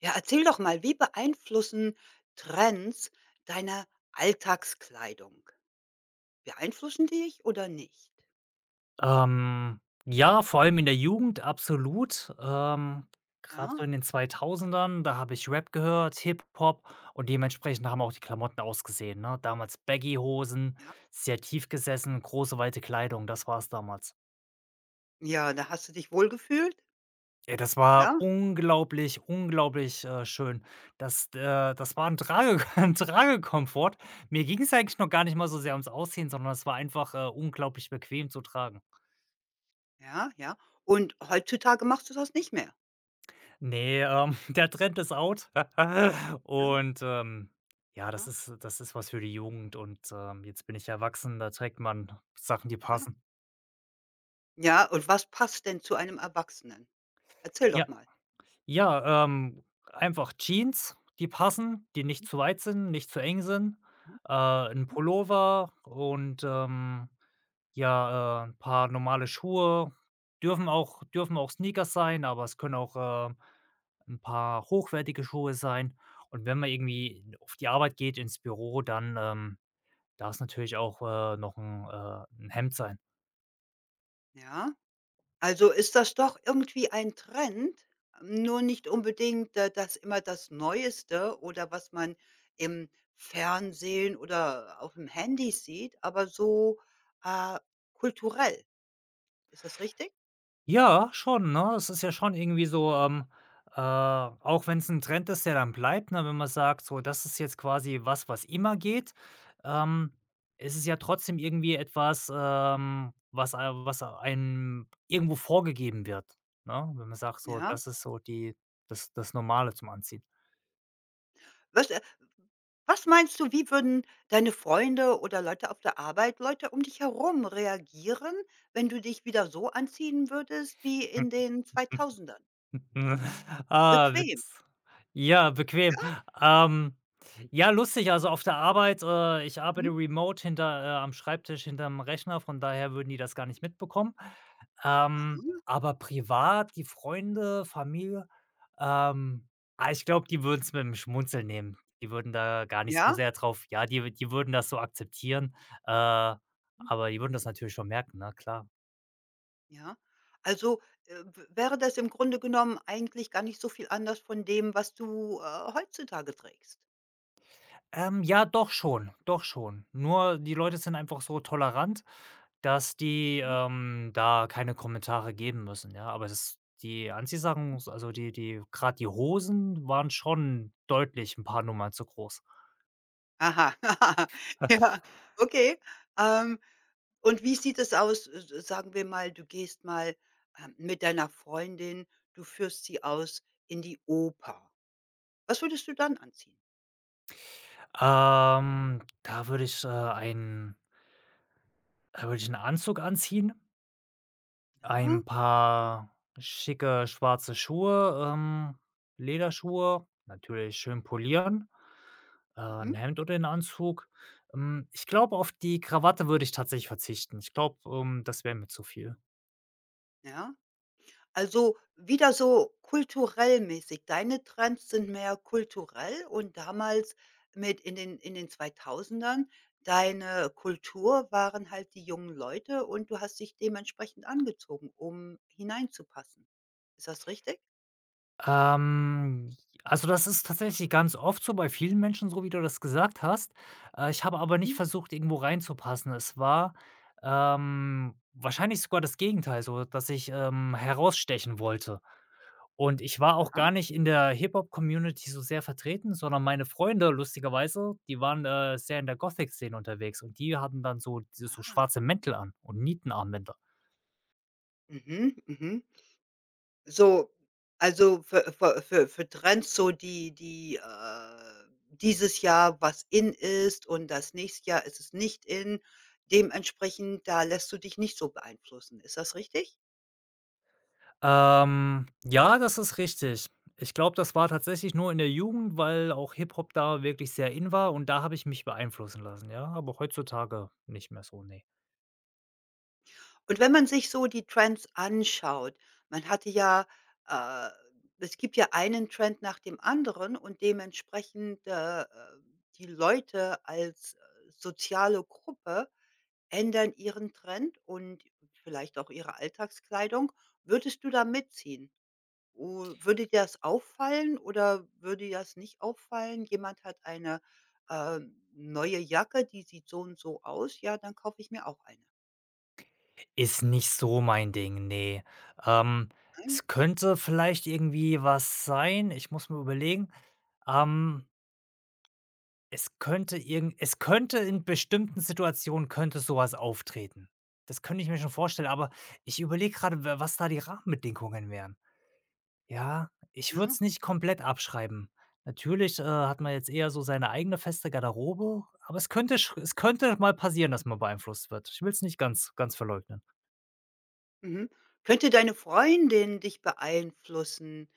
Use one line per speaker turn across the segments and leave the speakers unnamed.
Ja, erzähl doch mal, wie beeinflussen Trends deine Alltagskleidung? Beeinflussen die dich oder nicht?
Ja, vor allem in der Jugend, absolut. Grad so
Ja,
in den zweitausendern. Da habe ich Rap gehört, Hip-Hop, und dementsprechend haben auch die Klamotten ausgesehen, ne? Damals Baggy-Hosen,
ja.
sehr tief gesessen, große, weite Kleidung, das war's damals.
Ja, da hast du dich wohlgefühlt?
Ey, das war
Ja,
unglaublich, unglaublich, schön. Das war ein Trage ein Tragekomfort. Mir ging's eigentlich noch gar nicht mal so sehr ums Aussehen, sondern es war einfach, unglaublich bequem zu tragen.
ja, ja. Und heutzutage machst du das nicht mehr?
Nee, der Trend ist out.
Ja,
Und, ja,
aha,
das ist was für die Jugend, und, jetzt bin ich erwachsen, da trägt man Sachen, die
aha.
passen.
Ja, und was passt denn zu einem Erwachsenen? Erzähl
Ja.
doch mal.
Ja, einfach Jeans, die passen, die nicht
Mhm,
zu weit sind, nicht zu eng sind,
mhm,
'n
mhm.
Pullover und, ja, 'n paar normale Schuhe. Dürfen auch Sneakers sein, aber es können auch, 'n paar hochwertige Schuhe sein. Und wenn man irgendwie auf die Arbeit geht, ins Büro, dann, darf's natürlich auch, noch ein 'n Hemd sein.
Ja. Also ist das doch irgendwie ein Trend, nur nicht unbedingt, dass immer das Neueste oder was man im Fernsehen oder auf dem Handy sieht, aber so, äh, kulturell. Ist das richtig?
Ja, schon, ne? Es ist ja schon irgendwie so, auch wenn's 'n Trend ist, der dann bleibt, ne, wenn man sagt, so, das ist jetzt quasi was, was immer geht, ähm, ist es ja trotzdem irgendwie etwas, was einem irgendwo vorgegeben wird, ne? Wenn man sagt so,
Ja.
das ist so die das Normale zum Anziehen.
Was, äh was meinst du, wie würden deine Freunde oder Leute auf der Arbeit, Leute um dich herum reagieren, wenn du dich wieder so anziehen würdest wie in den 2000?
Mhm. Ah,
Bequem.
Witz. Ja, bequem. Ähm, ja, lustig, also auf der Arbeit ich arbeite
Mhm.
remote hinter am Schreibtisch hinterm Rechner, von daher würden die das gar nicht mitbekommen.
Aha.
Aber privat, die Freunde, Familie, ähm, ich glaube, die würden es mit 'm Schmunzeln nehmen. Die würden da gar nicht so
Ja.
sehr drauf ja, die würden das so akzeptieren, äh, aber die würden das natürlich schon merken, na klar.
Ja. Also, w wäre das im Grunde genommen eigentlich gar nicht so viel anders von dem, was du, heutzutage trägst?
Ja, doch schon, doch schon. Nur die Leute sind einfach so tolerant, dass die,
Mhm,
da keine Kommentare geben müssen, ja? Aber das die
mhm.
Anziehsachen, also die gerade die Hosen waren schon deutlich ein paar Nummern zu groß.
Aha. Ja, okay. Ähm, und wie sieht es aus, s sagen wir mal, du gehst mal, mit deiner Freundin, du führst sie aus in die Oper. Was würdest du dann anziehen?
Da würde ich, einen da würde ich einen Anzug anziehen,
Ja,
ein paar schicke schwarze Schuhe, Lederschuhe, natürlich schön polieren. 'N
mhm,
Hemd oder 'n Anzug? Hm, ich glaube, auf die Krawatte würde ich tatsächlich verzichten. Ich glaube, das wäre mir zu viel.
ja. Also, wieder so kulturell mäßig. Deine Trends sind mehr kulturell und damals mit in den zweitausendern, deine Kultur waren halt die jungen Leute und du hast dich dementsprechend angezogen, um hineinzupassen. Ist das richtig?
Ähm, also, das ist tatsächlich ganz oft so bei vielen Menschen so, wie du das gesagt hast. Ich habe aber nicht
Mhm.
versucht, irgendwo reinzupassen. Es war, wahrscheinlich sogar das Gegenteil so, dass ich, herausstechen wollte. Und ich war auch
Aha.
gar nicht in der Hip-Hop-Community so sehr vertreten, sondern meine Freunde, lustigerweise, die waren, sehr in der Gothic-Szene unterwegs, und die hatten dann so diese so
Ah.
schwarze Mäntel an und Nietenarmbänder.
Mhm, mhm. So, also für Trends, so die dieses Jahr was in ist und das nächste Jahr ist es nicht in. Dementsprechend, da lässt du dich nicht so beeinflussen. Ist das richtig?
Ja, das ist richtig. Ich glaube, das war tatsächlich nur in der Jugend, weil auch Hip-Hop da wirklich sehr in war, und da habe ich mich beeinflussen lassen, ja, aber heutzutage nicht mehr so, ne.
Und wenn man sich so die Trends anschaut, man hatte ja, äh es gibt ja einen Trend nach dem anderen und dementsprechend, die Leute als soziale Gruppe ändern ihren Trend und vielleicht auch ihre Alltagskleidung. Würdest du da mitziehen? O Würde dir das auffallen oder würde dir das nicht auffallen? Jemand hat eine, äh, neue Jacke, die sieht so und so aus. Ja, dann kaufe ich mir auch eine.
Ist nicht so mein Ding, ne. Ähm,
Nein?
Es könnte vielleicht irgendwie was sein, ich muss mir überlegen. Ähm Es könnte irgend es könnte in bestimmten Situationen könnte sowas auftreten. Das könnte ich mir schon vorstellen, aber ich überlege gerade wa was da die Rahmenbedingungen wären. Ja, ich würde
Ja,
es nicht komplett abschreiben. Natürlich, hat
ja.
man jetzt eher so seine eigene feste Garderobe, aber es könnte sch es könnte mal passieren, dass man beeinflusst wird. Ich will es nicht ganz verleugnen.
Mhm. Könnte deine Freundin dich beeinflussen,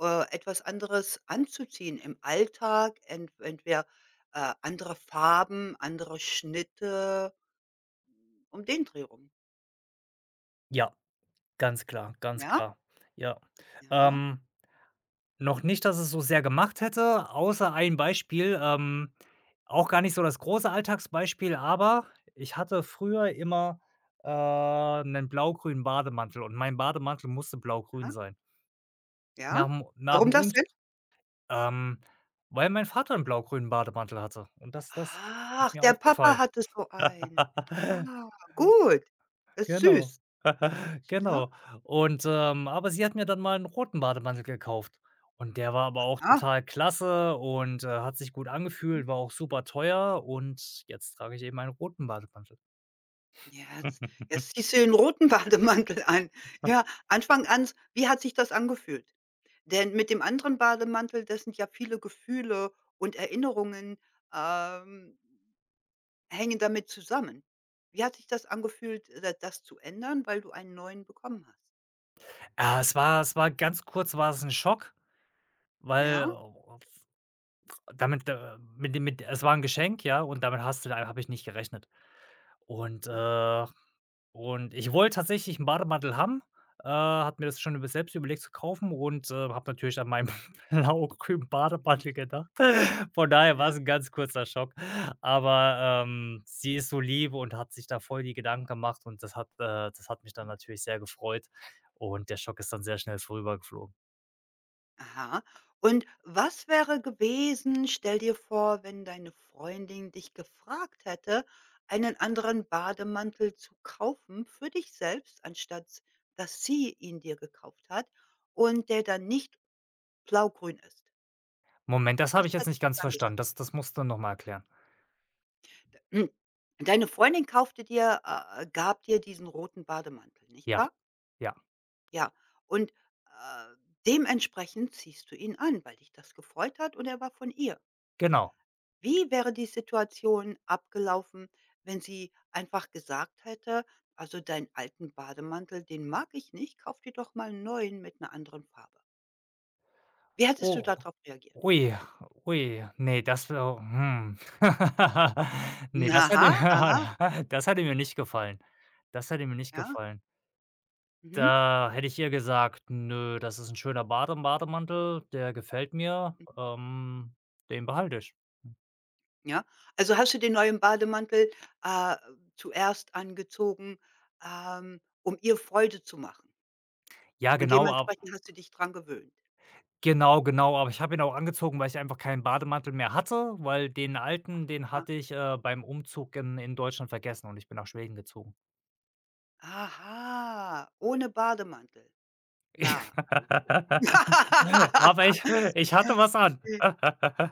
etwas anderes anzuziehen im Alltag, entweder, andere Farben, andere Schnitte, um den Dreh rum?
Ja, ganz klar, ganz
Ja,
klar. Ja.
ja,
Ähm Noch nicht, dass es so sehr gemacht hätte, außer ein Beispiel, auch gar nicht so das große Alltagsbeispiel, aber ich hatte früher immer, 'nen blau-grünen Bademantel, und mein Bademantel musste blau-grün
aha,
sein.
ja.
Nach
Warum
nach'm
das
Umz
denn?
ähm, Weil mein Vater einen blau-grünen Bademantel hatte, und das hat
Ach,
mir
der
auch
Papa
gefallen.
hatte so einen. Ja, gut. Ist
Genau.
süß. Ja,
Genau. Und, aber sie hat mir dann mal einen roten Bademantel gekauft. Und der war aber auch
ah,
total klasse und, hat sich gut
hm.
angefühlt, war auch super teuer, und jetzt trage ich eben einen roten Bademantel.
Jetzt jetzt ziehst du den roten Bademantel an. Ja, Anfang an s wie hat sich das angefühlt? Denn mit dem anderen Bademantel, das sind ja viele Gefühle und Erinnerungen, ähm, hängen damit zusammen. Wie hat sich das angefühlt, da das zu ändern, weil du einen neuen bekommen hast?
Ja, es war ganz kurz war es ein Schock, weil
Ja?
damit, mit dem mit es war ein Geschenk, ja, und damit hast du da habe ich nicht gerechnet. Und,
Mhm,
und ich wollte tatsächlich 'n Bademantel haben, habe mir das schon über selbst überlegt zu kaufen, und, habe natürlich an meinen blaugrünen
mhm.
Bademantel gedacht. Von daher
Ja.
war's 'n ganz kurzer Schock. Aber, sie ist so lieb und hat sich da voll die Gedanken gemacht, und das hat mich dann
Mhm.
natürlich sehr gefreut, und der Schock ist dann sehr
Mhm.
schnell vorübergeflogen.
Aha. Und was wäre gewesen, stell dir vor, wenn deine Freundin dich gefragt hätte, einen anderen Bademantel zu kaufen für dich selbst, anstatt dass sie ihn dir gekauft hat und der dann nicht blaugrün ist?
Moment, das
Was
habe ich jetzt nicht
hättest du
ganz
dann gesagt?
verstanden. Das musst du noch mal erklären.
De deine Freundin kaufte dir gab dir diesen roten Bademantel, nicht
Ja,
wahr?
ja,
Ja. Und, äh, dementsprechend ziehst du ihn an, weil dich das gefreut hat und er war von ihr.
genau.
Wie wäre die Situation abgelaufen, wenn sie einfach gesagt hätte: „Also, deinen alten Bademantel, den mag ich nicht, kauf dir doch mal 'n neuen mit 'ner anderen Farbe.“ Wie hättest du
Oh,
da drauf reagiert?
ui, ui, nee, das wär hm. Ne, das
Aha,
hätte
aha,
das hätte mir nicht gefallen. Das hätte mir nicht
ja,
gefallen.
mhm,
Da hätte ich ihr gesagt: „Nö, das ist ein schöner Bademantel, der gefällt mir,
mhm,
den behalte ich.“
ja. Also, hast du den neuen Bademantel, äh, zuerst angezogen, um ihr Freude zu machen
Ja,
und
genau, ab
dementsprechend hast du dich dran gewöhnt.
genau, genau, aber ich habe ihn auch angezogen, weil ich einfach keinen Bademantel mehr hatte, weil den alten, den
Ah,
hatte ich, beim Umzug in Deutschland vergessen, und ich bin nach Schweden gezogen.
aha, ohne Bademantel. Na, also.
Aber ich Ich hatte
Ja,
was an.
äh,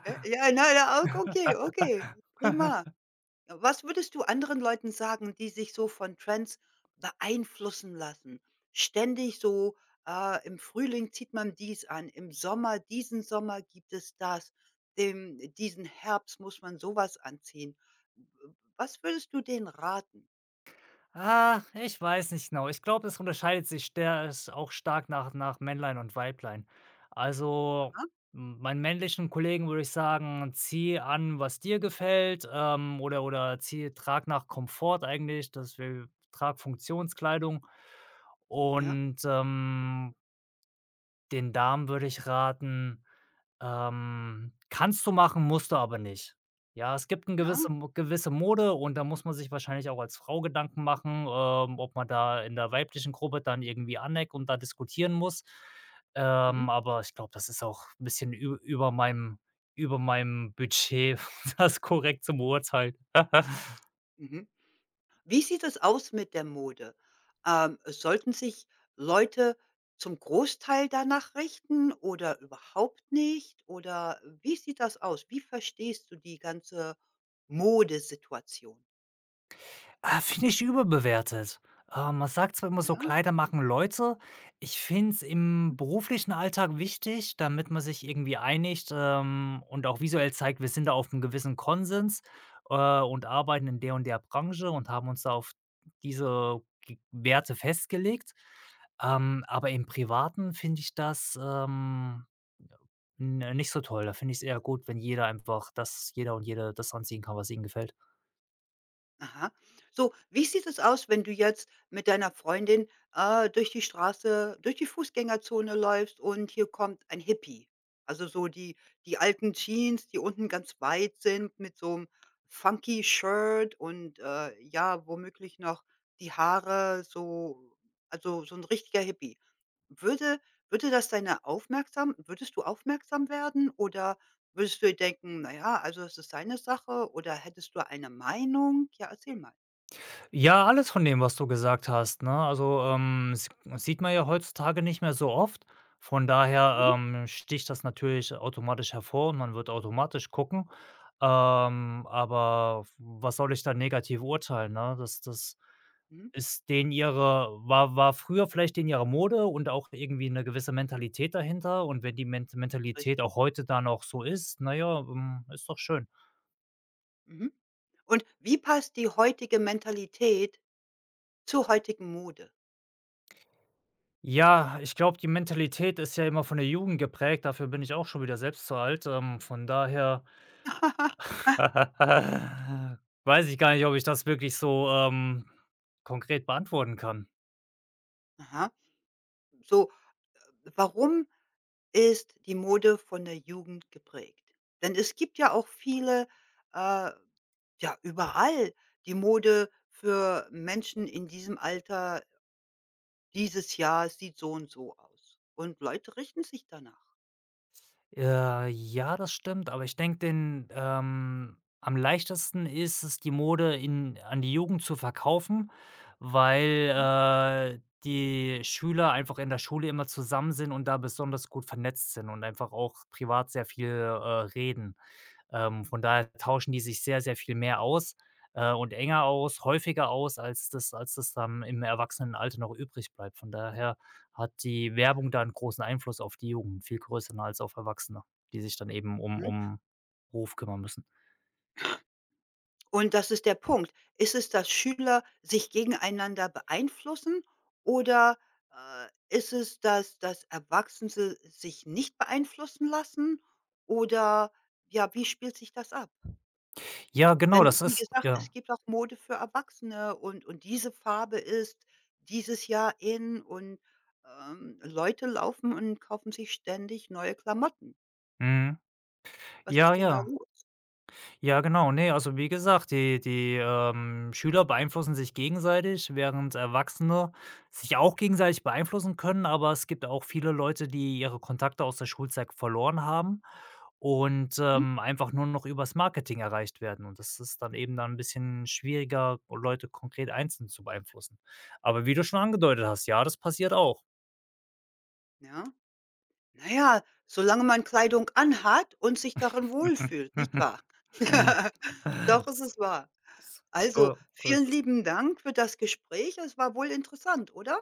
ja, na ja, okay, okay, prima. Was würdest du anderen Leuten sagen, die sich so von Trends beeinflussen lassen? Ständig so, im Frühling zieht man dies an, im Sommer diesen Sommer gibt es das, dem diesen Herbst muss man so was anziehen. W w was würdest du denen raten?
Ah, ich weiß nicht genau. Ich glaube, es unterscheidet sich der s auch stark nach Männlein und Weiblein. Also,
Aha,
m meinen männlichen Kollegen würde ich sagen: „Zieh an, was dir gefällt“, oder zieh trag nach Komfort eigentlich, dass wir trag Funktionskleidung.
ja,
Und, den Damen würde ich raten. Kannst du machen, musst du aber nicht. Ja, es gibt eine
ja,
gewisse Mode, und da muss man sich wahrscheinlich auch als Frau Gedanken machen, ob man da in der weiblichen Gruppe dann irgendwie aneckt und da diskutieren muss.
mhm,
Aber ich glaube, das ist auch ein bisschen ü über meinem Budget, das korrekt zu beurteilen.
mhm. Wie sieht es aus mit der Mode? Sollten sich Leute zum Großteil danach richten oder überhaupt nicht? Oder wie sieht das aus? Wie verstehst du die ganze Modesituation?
Ah, finde ich überbewertet. Man sagt zwar immer
Ja?
so, Kleider machen Leute. Ich finde es im beruflichen Alltag wichtig, damit man sich irgendwie einigt, und auch visuell zeigt, wir sind da auf einem gewissen Konsens, äh, und arbeiten in der und der Branche und haben uns da auf diese G Werte festgelegt. Aber im Privaten finde ich das, n nicht so toll. Da finde ich es eher gut, wenn jeder und jede das anziehen kann, was ihnen gefällt.
Aha. So, wie sieht es aus, wenn du jetzt mit deiner Freundin, durch die Straße durch die Fußgängerzone läufst und hier kommt ein Hippie? Also, so die alten Jeans, die unten ganz weit sind mit so einem funky Shirt und, ja, womöglich noch die Haare so, also, so ein richtiger Hippie. Würde würde das deine aufmerksam würdest du aufmerksam werden oder würdest du dir denken: „Na ja, also es ist seine Sache“, oder hättest du eine Meinung? Ja, erzähl mal.
Ja, alles von dem, was du gesagt hast, ne? Also, s sieht man ja heutzutage nicht mehr so oft. Von
Mhm,
daher, sticht das natürlich automatisch hervor, und man wird automatisch gucken. Aber was soll ich da negativ urteilen, ne? Das
mhm,
ist denen ihre war früher vielleicht denen ihre Mode und auch irgendwie eine gewisse
mhm,
Mentalität dahinter. Und wenn die Mentalität
richtig.
auch heute da noch so ist, na ja, ist doch schön.
Mhm. Und wie passt die heutige Mentalität zur heutigen Mode?
Ja, ich glaube, die Mentalität ist ja immer von der Jugend geprägt. Dafür bin ich auch schon wieder selbst zu alt. Von daher weiß ich gar nicht, ob ich das wirklich so, konkret beantworten kann.
Aha. So, warum ist die Mode von der Jugend geprägt? Denn es gibt ja auch viele, äh ja, überall die Mode für Menschen in diesem Alter: „Dieses Jahr sieht so und so aus.“ Und Leute richten sich danach.
Ja, das stimmt, aber ich denke, den am leichtesten ist es, die Mode in an die Jugend zu verkaufen, weil, die Schüler einfach in der Schule immer zusammen sind und da besonders gut vernetzt sind und einfach auch privat sehr viel, reden. Von daher tauschen die sich sehr, sehr viel mehr aus, und enger aus, häufiger aus, als das dann im Erwachsenenalter noch übrig bleibt. Von daher hat die Werbung da einen großen Einfluss auf die Jugend, viel größer als auf Erwachsene, die sich dann eben um Ruf kümmern müssen.
Und das ist der Punkt. Ist es, dass Schüler sich gegeneinander beeinflussen oder, ist es, dass Erwachsene sich nicht beeinflussen lassen oder ja, wie spielt sich das ab?
Ja, genau,
Denn
das
wie
ist
gesagt,
ja.
es gibt auch Mode für Erwachsene und diese Farbe ist dieses Jahr in und, Leute laufen und kaufen sich ständig neue Klamotten.
Mhm.
Was
Ja,
ist denn
ja.
da los?
Ja, genau. Ne, also wie gesagt, die Schüler beeinflussen sich gegenseitig, während Erwachsene sich auch gegenseitig beeinflussen können, aber es gibt auch viele Leute, die ihre Kontakte aus der Schulzeit verloren haben und,
Hm?
einfach nur noch übers Marketing erreicht werden. Und das ist dann eben dann ein bisschen schwieriger, Leute konkret einzeln zu beeinflussen. Aber wie du schon angedeutet hast, ja, das passiert auch.
Ja. Na ja, solange man Kleidung anhat und sich darin wohlfühlt,
Mhm,
nicht wahr?
mhm.
Doch, es ist wahr. Also,
So so
vielen
ist es.
lieben Dank für das Gespräch. Es war wohl interessant, oder?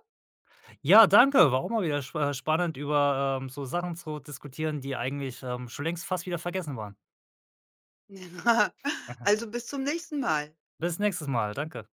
Ja, danke. War auch mal wieder spannend, über, so Sachen zu diskutieren, die eigentlich, schon längst fast wieder vergessen waren.
Also, bis zum nächsten Mal.
Bis nächstes Mal. Danke.